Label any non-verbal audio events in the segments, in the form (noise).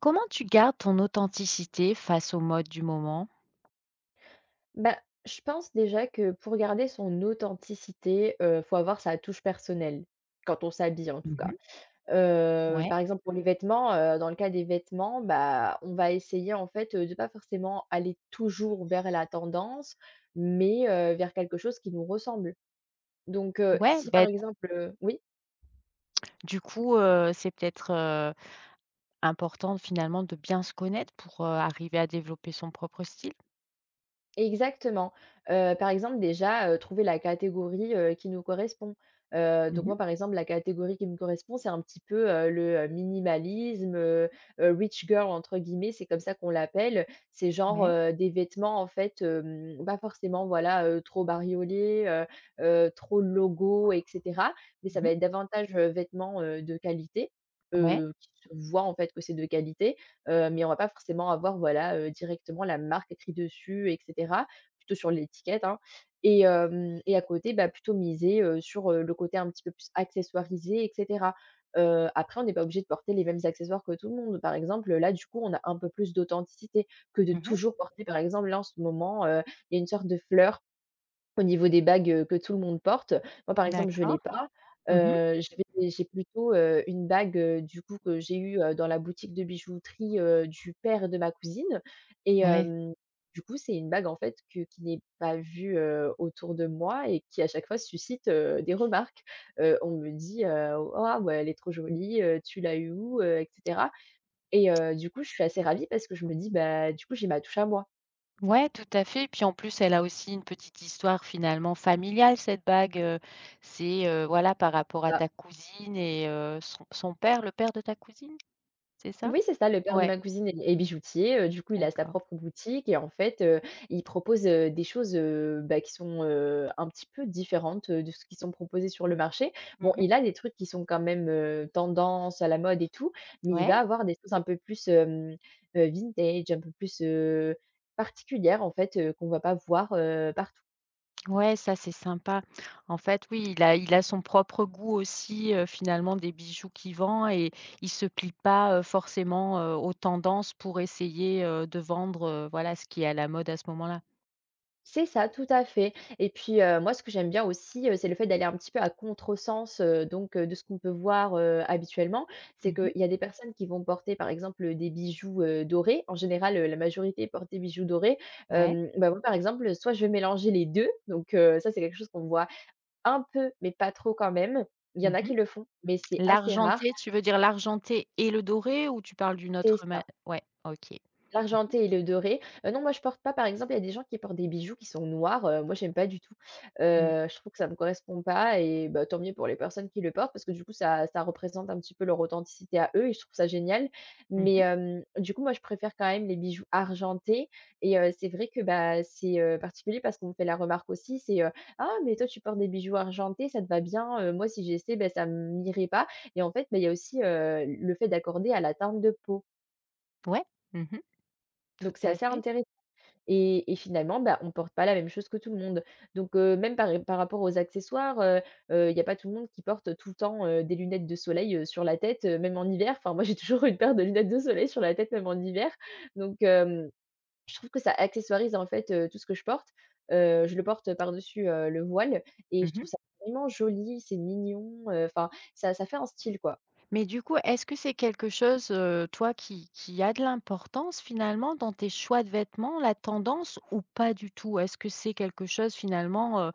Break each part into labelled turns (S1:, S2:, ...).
S1: Comment tu gardes ton authenticité face aux modes du moment?
S2: Bah, je pense déjà que pour garder son authenticité, faut avoir sa touche personnelle, quand on s'habille en tout cas.
S1: Mmh. Ouais,
S2: Par exemple pour les vêtements, dans le cas des vêtements, bah, on va essayer en fait, de pas forcément aller toujours vers la tendance, mais vers quelque chose qui nous ressemble. Donc
S1: ouais,
S2: si par
S1: Ben
S2: exemple, oui?
S1: du coup, c'est peut-être, important finalement de bien se connaître pour, arriver à développer son propre style?
S2: Exactement. Par exemple déjà, trouver la catégorie, qui nous correspond. Donc
S1: Mmh.
S2: moi, par exemple, la catégorie qui me correspond, c'est un petit peu, le, minimalisme, «rich girl» entre guillemets, c'est comme ça qu'on l'appelle. C'est genre,
S1: Ouais.
S2: des vêtements en fait, pas forcément voilà, trop bariolés, trop logo et cetera. Mais ça va
S1: Mmh.
S2: être davantage, vêtements, de qualité,
S1: Ouais.
S2: qui se voit en fait que c'est de qualité. Mais on va pas forcément avoir, voilà, directement la marque écrit dessus et cetera, plutôt sur l'étiquette, hein, et à côté, bah, plutôt miser, sur, le côté un petit peu plus accessoirisé et cetera. Après on n'est pas obligé de porter les mêmes accessoires que tout le monde. Par exemple, là, du coup, on a un peu plus d'authenticité que de
S1: Mmh.
S2: toujours porter, par exemple, là, en ce moment, il y a une sorte de fleur au niveau des bagues, que tout le monde porte, moi, par exemple, je l'ai
S1: D'accord.
S2: pas.
S1: Mmh.
S2: Je vais j'ai plutôt, une bague, du coup, que j'ai eue, dans la boutique de bijouterie, du père de ma cousine et
S1: Ouais.
S2: hem, du coup, c'est une bague, en fait, que qui n'est pas vue, autour de moi et qui, à chaque fois, suscite, des remarques. On me dit, «Waouh, elle est trop jolie, tu l'as eue où?» Et cetera et du coup, je suis assez ravie parce que je me dis: «Bah, du coup, j'ai ma touche à moi».
S1: Ouais, tout à fait. Puis en plus, elle a aussi une petite histoire finalement familiale cette bague, c'est, voilà par rapport à ta cousine et son père, le père de ta cousine, c'est ça?
S2: Oui, c'est ça, le père de
S1: Ouais.
S2: ma cousine est bijoutier, du coup, il a sa
S1: D'accord.
S2: propre boutique et en fait, il propose, des choses, bah, qui sont, un petit peu différentes, de ce qui sont proposées sur le marché. Bon,
S1: Mmh.
S2: il a des trucs qui sont quand même, tendance, à la mode et tout, mais il
S1: Ouais.
S2: va avoir des choses un peu plus, vintage, un peu plus, particulières en fait, qu'on va pas voir, partout.
S1: Ouais, ça c'est sympa. En fait, oui, il a son propre goût aussi, finalement des bijoux qu'il vend et il se plie pas, forcément, aux tendances pour essayer, de vendre, voilà ce qui est à la mode à ce moment-là.
S2: C'est ça, tout à fait et puis, moi ce que j'aime bien aussi, c'est le fait d'aller un petit peu à contresens, donc de ce qu'on peut voir, habituellement. C'est
S1: Mmh.
S2: qu'il y a des personnes qui vont porter par exemple, des bijoux, dorés. En général, la majorité porte des bijoux dorés.
S1: Ouais.
S2: Bah, moi par exemple, soit je vais mélanger les 2. Donc ça c'est quelque chose qu'on voit un peu, mais pas trop quand même. Il y en a
S1: Mmh.
S2: qui le font, mais c'est assez rare.
S1: L'argenté, tu veux dire l'argenté et le doré ou tu parles d'une
S2: C'est
S1: autre ma
S2: ça.
S1: ouais, OK. Mmh mh.
S2: L'argenté et le doré. Non, moi, je porte pas, par exemple, il y a des gens qui portent des bijoux qui sont noirs, moi, j'aime pas du tout.
S1: Mmh.
S2: Je trouve que ça me correspond pas et bah, tant mieux pour les personnes qui le portent parce que du coup, ça représente un petit peu leur authenticité à eux et je trouve ça génial. Mais
S1: Mmh.
S2: du coup, moi, je préfère quand même les bijoux argentés et c'est vrai que, bah, c'est, particulier parce qu'on me fait la remarque aussi, c'est, «Ah, mais toi, tu portes des bijoux argentés, ça te va bien, moi, si j'essaie, bah, ça m'irait pas» et en fait, bah, il y a aussi, le fait d'accorder à la teinte de peau.
S1: Ouais. Mmh. Tout
S2: Donc c'est
S1: à
S2: assez
S1: fait.
S2: intéressant et finalement, bah, on porte pas la même chose que tout le monde. Donc même par rapport aux accessoires, il n'y a pas tout le monde qui porte tout le temps, des lunettes de soleil, sur la tête, même en hiver. Enfin, moi, j'ai (laughs) toujours une paire de lunettes de soleil sur la tête, même en hiver. Donc je trouve que ça accessoirise, en fait, tout ce que je porte. Je le porte par-dessus, le voile et je
S1: Mmh.
S2: trouve ça vraiment joli, c'est mignon, enfin, ça fait un style, quoi.
S1: Mais du coup, est-ce que c'est quelque chose, toi, qui a de l'importance finalement dans tes choix de vêtements, la tendance ou pas du tout? Est-ce que c'est quelque chose finalement,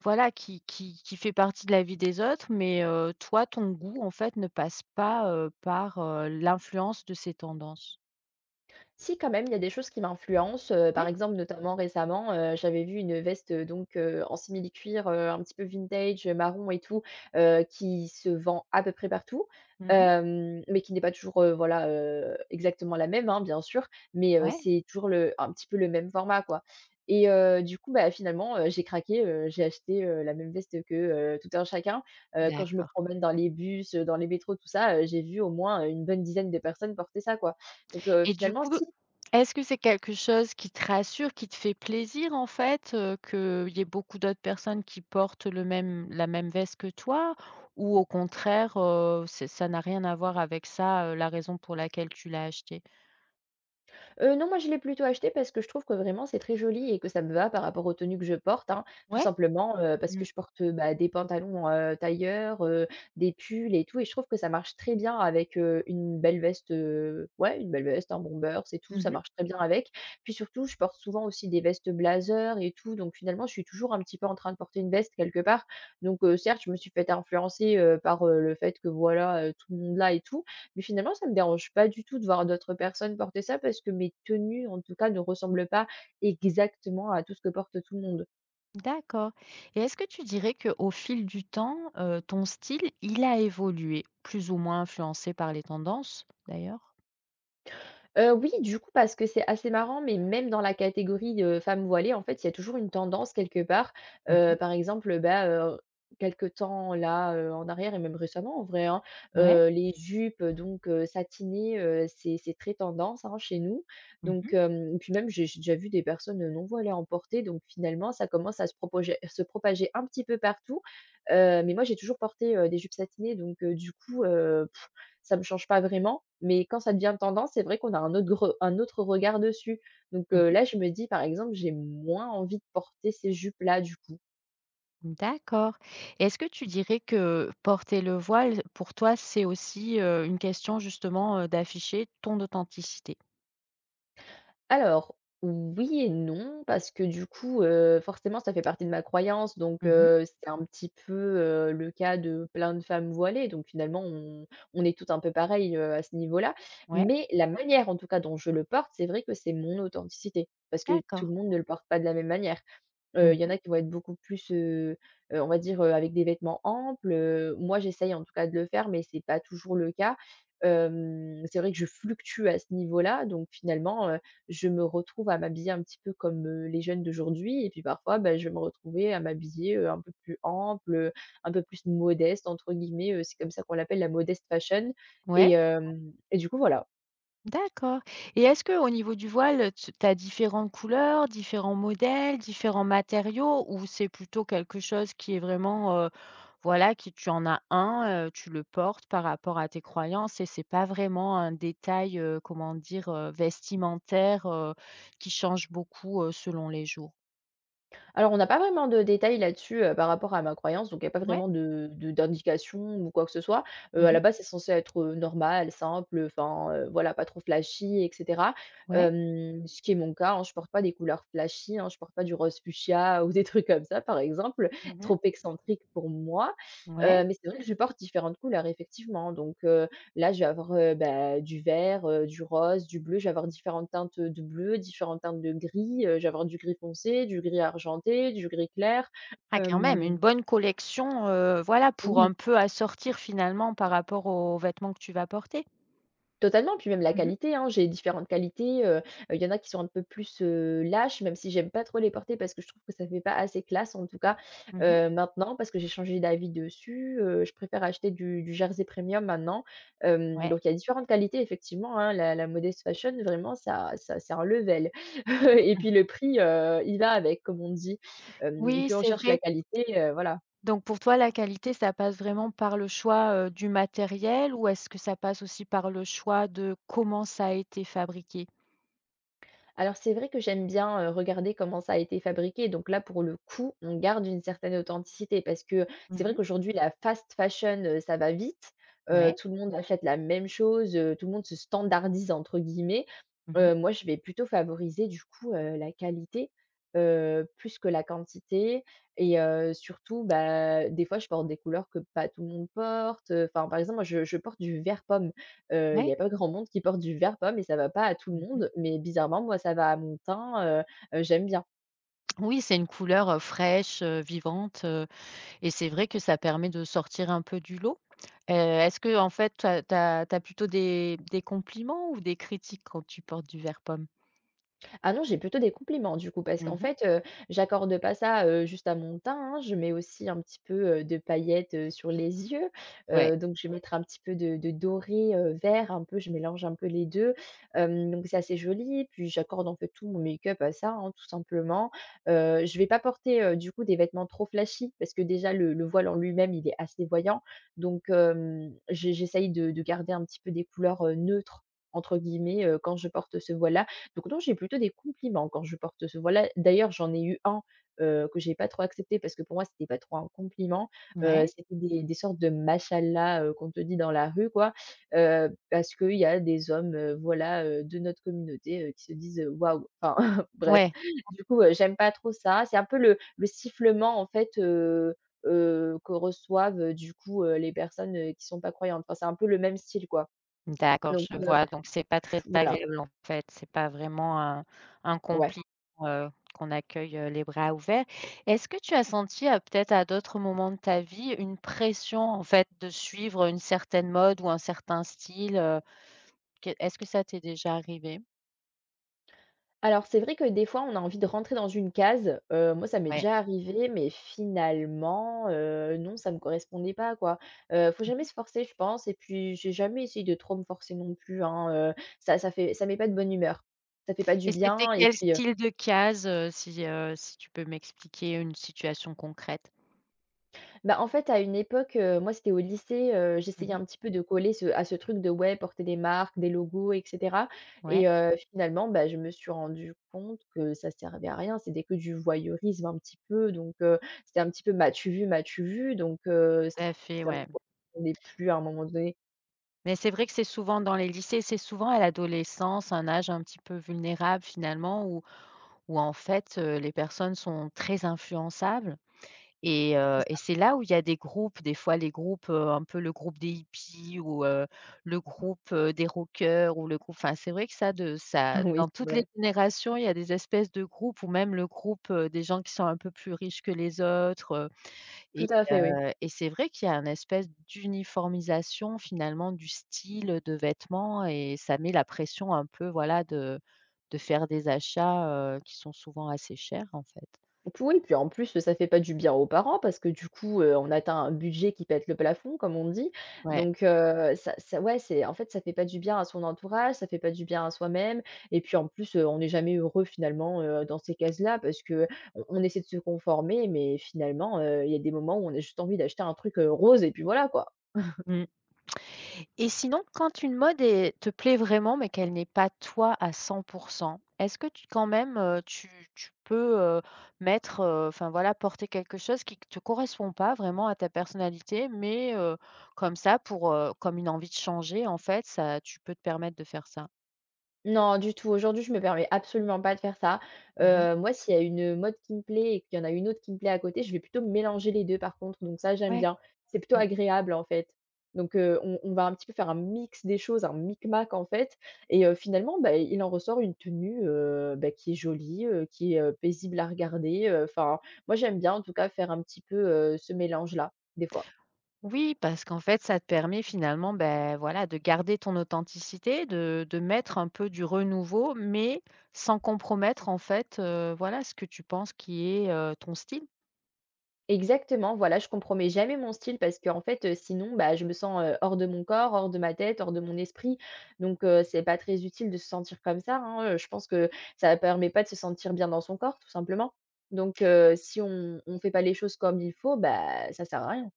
S1: voilà, qui fait partie de la vie des autres, mais toi, ton goût, en fait, ne passe pas, par, l'influence de ces tendances?
S2: Si, quand même, il y a des choses qui m'influencent, par
S1: Ouais.
S2: exemple, notamment récemment, j'avais vu une veste, donc en simili-cuir, un petit peu vintage, marron et tout, qui se vend à peu près partout,
S1: Mmh.
S2: mais qui n'est pas toujours, voilà, exactement la même, hein, bien sûr, mais
S1: Ouais.
S2: c'est toujours le un petit peu le même format, quoi et du coup, bah, finalement, j'ai craqué, j'ai acheté, la même veste que, tout un chacun, quand je me
S1: D'accord.
S2: promène dans les bus, dans les métros, tout ça, j'ai vu au moins, une bonne dizaine de personnes porter ça, quoi. Donc
S1: Et du
S2: finalement,
S1: coup,
S2: si.
S1: est-ce que c'est quelque chose qui te rassure, qui te fait plaisir en fait, qu'il y ait beaucoup d'autres personnes qui portent le même la même veste que toi? Ou au contraire, c'est ça n'a rien à voir avec ça, la raison pour laquelle tu l'as acheté?
S2: Non, moi je l'ai plutôt acheté parce que je trouve que vraiment c'est très joli et que ça me va par rapport aux tenues que je porte, hein. Tout
S1: Ouais?
S2: simplement, parce que
S1: Mmh.
S2: je porte, bah, des pantalons, tailleurs, des pulls et tout et je trouve que ça marche très bien avec, une belle veste, ouais, une belle veste, un bomber, c'est tout, ça
S1: Mmh.
S2: marche très bien avec. Puis surtout, je porte souvent aussi des vestes blazer et tout, donc finalement je suis toujours un petit peu en train de porter une veste quelque part. Donc, certes, je me suis faite influencer, par, le fait que voilà, tout le monde là et tout, mais finalement, ça me dérange pas du tout de voir d'autres personnes porter ça parce que mes tenues, en tout cas, ne ressemblent pas exactement à tout ce que porte tout le monde.
S1: D'accord. Et est-ce que tu dirais que au fil du temps, ton style, il a évolué? Plus ou moins influencé par les tendances d'ailleurs?
S2: Oui, du coup, parce que c'est assez marrant, mais même dans la catégorie, femmes voilées, en fait, il y a toujours une tendance quelque part.
S1: Mmh.
S2: Par exemple, bah, quelque temps là, en arrière et même récemment en vrai, hein,
S1: Ouais.
S2: les jupes, donc satinées, c'est très tendance, hein, chez nous.
S1: Mmh
S2: Donc
S1: mh.
S2: puis même j'ai déjà vu des personnes, non voilées en porter, donc finalement ça commence à se propager un petit peu partout. Mais moi j'ai toujours porté, des jupes satinées, donc du coup, ça me change pas vraiment, mais quand ça devient tendance, c'est vrai qu'on a un autre regard dessus. Donc,
S1: Mmh.
S2: là, je me dis, par exemple, j'ai moins envie de porter ces jupes-là, du coup.
S1: D'accord. Est-ce que tu dirais que porter le voile, pour toi, c'est aussi, une question justement, d'afficher ton authenticité?
S2: Alors, oui et non, parce que du coup, forcément, ça fait partie de ma croyance, donc,
S1: Mmh.
S2: c'est un petit peu, le cas de plein de femmes voilées, donc finalement, on est toutes un peu pareilles, à ce niveau-là.
S1: Ouais,
S2: Mais la manière, en tout cas, dont je le porte, c'est vrai que c'est mon authenticité, parce que tout le
S1: d'accord.
S2: monde ne le porte pas de la même manière.
S1: Mmh.
S2: Il y en a qui vont être beaucoup plus, on va dire, avec des vêtements amples, moi j'essaye en tout cas de le faire, mais c'est pas toujours le cas. C'est vrai que je fluctue à ce niveau-là, donc finalement, je me retrouve à m'habiller un petit peu comme, les jeunes d'aujourd'hui et puis parfois, bah, je vais me retrouver à m'habiller, un peu plus ample, un peu plus «modeste» entre guillemets, c'est comme ça qu'on l'appelle la «modest fashion»
S1: Ouais.
S2: et du coup voilà.
S1: D'accord, et est-ce que au niveau du voile, tu as différentes couleurs, différents modèles, différents matériaux ou c'est plutôt quelque chose qui est vraiment, voilà, qui tu en as un, tu le portes par rapport à tes croyances et c'est pas vraiment un détail, comment dire, vestimentaire, qui change beaucoup, selon les jours?
S2: Alors, on n'a pas vraiment de détails là-dessus, par rapport à ma croyance, donc il n'y a pas
S1: Ouais.
S2: vraiment de d'indication ou quoi que ce soit. À la
S1: Mmh.
S2: base, c'est censé être, normal, simple, enfin, voilà, pas trop flashy et cetera.
S1: Ouais.
S2: Ce qui est mon cas, hein, je porte pas des couleurs flashy, hein, je porte pas du rose fuchsia (laughs) ou des trucs comme ça, par exemple,
S1: Mmh.
S2: trop excentrique pour moi.
S1: Ouais.
S2: Mais c'est vrai que je porte différentes couleurs effectivement, donc là, je vais avoir, bah, du vert, du rose, du bleu. Je vais avoir différentes teintes, de bleu, différentes teintes de gris, je vais avoir du gris foncé, du gris argenté, du gris clair.
S1: Ah quand même,
S2: Hem
S1: une bonne collection, voilà, pour
S2: Oui,
S1: un peu assortir finalement par rapport aux vêtements que tu vas porter?
S2: totalement, puis même la
S1: Mmh mh.
S2: qualité, hein, j'ai différentes qualités, il y en a qui sont un peu plus, lâches, même si j'aime pas trop les porter parce que je trouve que ça fait pas assez classe en tout cas,
S1: Mmh.
S2: maintenant parce que j'ai changé d'avis dessus, je préfère acheter du jersey premium maintenant.
S1: Ouais.
S2: Donc il y a différentes qualités effectivement, hein, la modest fashion vraiment ça c'est un level. (laughs) Et
S1: Mmh.
S2: puis le prix, il va avec, comme on dit.
S1: Oui,
S2: Plus on
S1: c'est
S2: cherche la
S1: vrai.
S2: qualité, voilà.
S1: Donc pour toi, la qualité, ça passe vraiment par le choix, du matériel ou est-ce que ça passe aussi par le choix de comment ça a été fabriqué?
S2: Alors c'est vrai que j'aime bien, regarder comment ça a été fabriqué, donc là, pour le coup, on garde une certaine authenticité parce que
S1: Mmh
S2: c'est vrai
S1: mh.
S2: qu'aujourd'hui la fast fashion, ça va vite,
S1: Ouais.
S2: tout le monde achète la même chose, tout le monde se «standardise» entre guillemets.
S1: Mmh.
S2: Moi, je vais plutôt favoriser du coup, la qualité, plus que la quantité et surtout, bah, des fois, je porte des couleurs que pas tout le monde porte, enfin, par exemple, moi je porte du vert pomme. Il n'y
S1: Ouais.
S2: a pas grand monde qui porte du vert pomme et ça va pas à tout le
S1: Mmh.
S2: monde, mais bizarrement, moi, ça va à mon teint, j'aime bien.
S1: Oui, c'est une couleur, fraîche, vivante, et c'est vrai que ça permet de sortir un peu du lot. Est-ce que, en fait, tu as plutôt des compliments ou des critiques quand tu portes du vert pomme?
S2: Ah non, j'ai plutôt des compliments du coup, parce qu'en
S1: Mmh mh.
S2: fait, j'accorde pas ça, juste à mon teint, hein. Je mets aussi un petit peu, de paillettes, sur les yeux,
S1: Ouais.
S2: donc je vais mettre un petit peu de doré, vert un peu, je mélange un peu les 2, donc c'est assez joli. Puis j'accorde un peu tout mon make-up à ça, hein, tout simplement. Je vais pas porter, du coup des vêtements trop flashy parce que déjà le voile en lui-même, il est assez voyant, donc hem, j'e j'essaye de garder un petit peu des couleurs, «neutres» entre guillemets, quand je porte ce voile là. Donc non, j'ai plutôt des compliments quand je porte ce voile là. D'ailleurs, j'en ai eu un, que j'ai pas trop accepté parce que pour moi, c'était pas trop un compliment.
S1: Ouais.
S2: C'était des sortes de machallah qu'on te dit dans la rue quoi, parce qu'il y a des hommes, voilà, de notre communauté, qui se disent, «Waouh!» enfin (laughs) bref.
S1: Ouais.
S2: Du coup, j'aime pas trop ça. C'est un peu le sifflement en fait, que reçoivent, du coup, les personnes, qui sont pas croyantes. Enfin, c'est un peu le même style quoi.
S1: D'accord,
S2: Donc
S1: je vois, donc c'est pas très
S2: voilà,
S1: agréable, en fait. C'est pas vraiment un
S2: ouais.
S1: compliment, qu'on accueille, les bras ouverts. Est-ce que tu as senti, peut-être à d'autres moments de ta vie, une pression, en fait, de suivre une certaine mode ou un certain style, Qu est-ce que ça t'est déjà arrivé?
S2: Alors, c'est vrai que des fois, on a envie de rentrer dans une case. Moi, ça m'est
S1: Ouais.
S2: déjà arrivé, mais finalement, non, ça me correspondait pas, quoi. Faut jamais
S1: Mmh.
S2: se forcer, je pense et puis j'ai jamais essayé de trop me forcer non plus, hein, ça fait ça met pas de bonne humeur. Ça fait pas du
S1: Et c'était
S2: bien et
S1: quel
S2: puis,
S1: style de case, si, si tu peux m'expliquer une situation concrète?
S2: bah, en fait, à une époque, moi, c'était au lycée, j'essayais
S1: Mmh.
S2: un petit peu de coller ce à ce truc de, ouais, porter des marques, des logos et cetera
S1: Ouais,
S2: et finalement, bah, je me suis rendu compte que ça servait à rien. C'était que du voyeurisme un petit peu donc c'était un petit peu: «M'as-tu vu? M'as-tu vu?» donc
S1: tout à fait,
S2: ça me
S1: ouais.
S2: correspondait plus à un moment donné.
S1: Mais c'est vrai que c'est souvent dans les lycées, c'est souvent à l'adolescence, un âge un petit peu vulnérable finalement, où en fait, les personnes sont très influençables et
S2: (laughs)
S1: c'est là où il y a des groupes, des fois les groupes, un peu le groupe des hippies ou le groupe, des rockers ou le groupe enfin c'est vrai que ça de ça
S2: Oui,
S1: dans
S2: c'est
S1: toutes les
S2: vrai.
S1: générations, il y a des espèces de groupes ou même le groupe, des gens qui sont un peu plus riches que les autres,
S2: Tout à fait, oui.
S1: et c'est vrai qu'il y a une espèce d'uniformisation finalement du style de vêtements et ça met la pression un peu voilà de faire des achats, qui sont souvent assez chers en fait.
S2: Donc oui, puis en plus, ça fait pas du bien aux parents parce que du coup, on atteint un budget qui pète le plafond, comme on dit.
S1: Ouais.
S2: Donc ça ça ouais, c'est en fait, ça fait pas du bien à son entourage, ça fait pas du bien à soi-même et puis en plus, on n'est jamais heureux finalement, dans ces cases-là parce que on essaie de se conformer mais finalement, il y a des moments où on a juste envie d'acheter un truc, rose et puis voilà, quoi.
S1: Mmh. Et sinon, quand une mode est te plaît vraiment, mais qu'elle n'est pas toi à 100%, est-ce que tu quand même, tu peux, mettre, enfin voilà, porter quelque chose qui ne te correspond pas vraiment à ta personnalité, mais comme ça pour, comme une envie de changer en fait, ça tu peux te permettre de faire ça?
S2: Non, du tout. Aujourd'hui, je me permets absolument pas de faire ça.
S1: Mmh.
S2: Moi, s'il y a une mode qui me plaît et qu'il y en a une autre qui me plaît à côté, je vais plutôt mélanger les 2, par contre, donc ça, j'aime
S1: Ouais.
S2: bien. C'est plutôt agréable, en fait. Donc on va un petit peu faire un mix des choses, un micmac, en fait et finalement, bah, il en ressort une tenue, bah, qui est jolie, qui est, paisible à regarder, enfin, moi, j'aime bien, en tout cas, faire un petit peu, ce mélange-là, des fois.
S1: Oui, parce qu'en fait, ça te permet finalement, ben voilà, de garder ton authenticité, de mettre un peu du renouveau, mais sans compromettre en fait, voilà, ce que tu penses qui est, ton style.
S2: Exactement, voilà, je compromets jamais mon style parce que en fait, sinon, bah, je me sens, hors de mon corps, hors de ma tête, hors de mon esprit. Donc c'est pas très utile de se sentir comme ça, hein, je pense que ça permet pas de se sentir bien dans son corps, tout simplement. Donc si on fait pas les choses comme il faut, bah, ça sert à rien.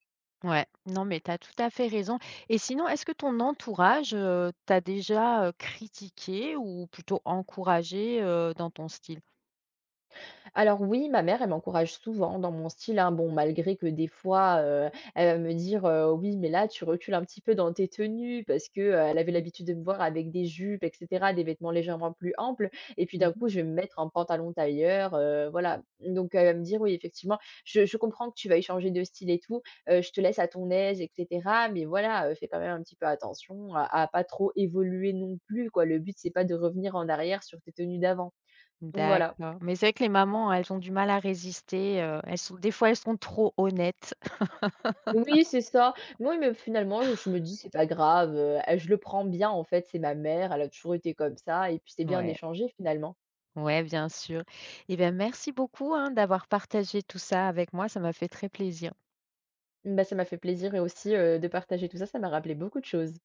S1: Ouais, non, mais tu as tout à fait raison, et sinon, est-ce que ton entourage, t'a déjà, critiqué ou plutôt encouragé, dans ton style?
S2: Alors oui, ma mère, elle m'encourage souvent dans mon style, hein. Bon, malgré que des fois, elle va me dire, «Oui, mais là, tu recules un petit peu dans tes tenues» parce que, elle avait
S1: Mmh.
S2: l'habitude de me voir avec des jupes et cetera, des vêtements légèrement plus amples et puis d'un
S1: Mmh.
S2: coup, je vais me mettre en pantalon tailleur, voilà. Donc elle va me dire: «Oui, effectivement, je comprends que tu veuilles changer de style et tout, je te laisse à ton aise et cetera, mais voilà, fais quand même un petit peu attention à pas trop évoluer non plus, quoi. Le but, c'est pas de revenir en arrière sur tes tenues d'avant». Donc voilà.
S1: D'accord, mais c'est vrai que les mamans, elles ont du mal à résister, elles sont des fois, elles sont trop honnêtes. (laughs)
S2: Oui, c'est ça. Moi mais finalement, je me dis: «C'est pas grave, je le prends bien en fait, c'est ma mère, elle a toujours été comme ça» et puis c'est bien
S1: Ouais.
S2: d'échanger finalement.
S1: Ouais, bien sûr. Eh bien, merci beaucoup, hein, d'avoir partagé tout ça avec moi. Ça m'a fait très plaisir.
S2: Bah, ça m'a fait plaisir et aussi, de partager tout ça, ça m'a rappelé beaucoup de choses.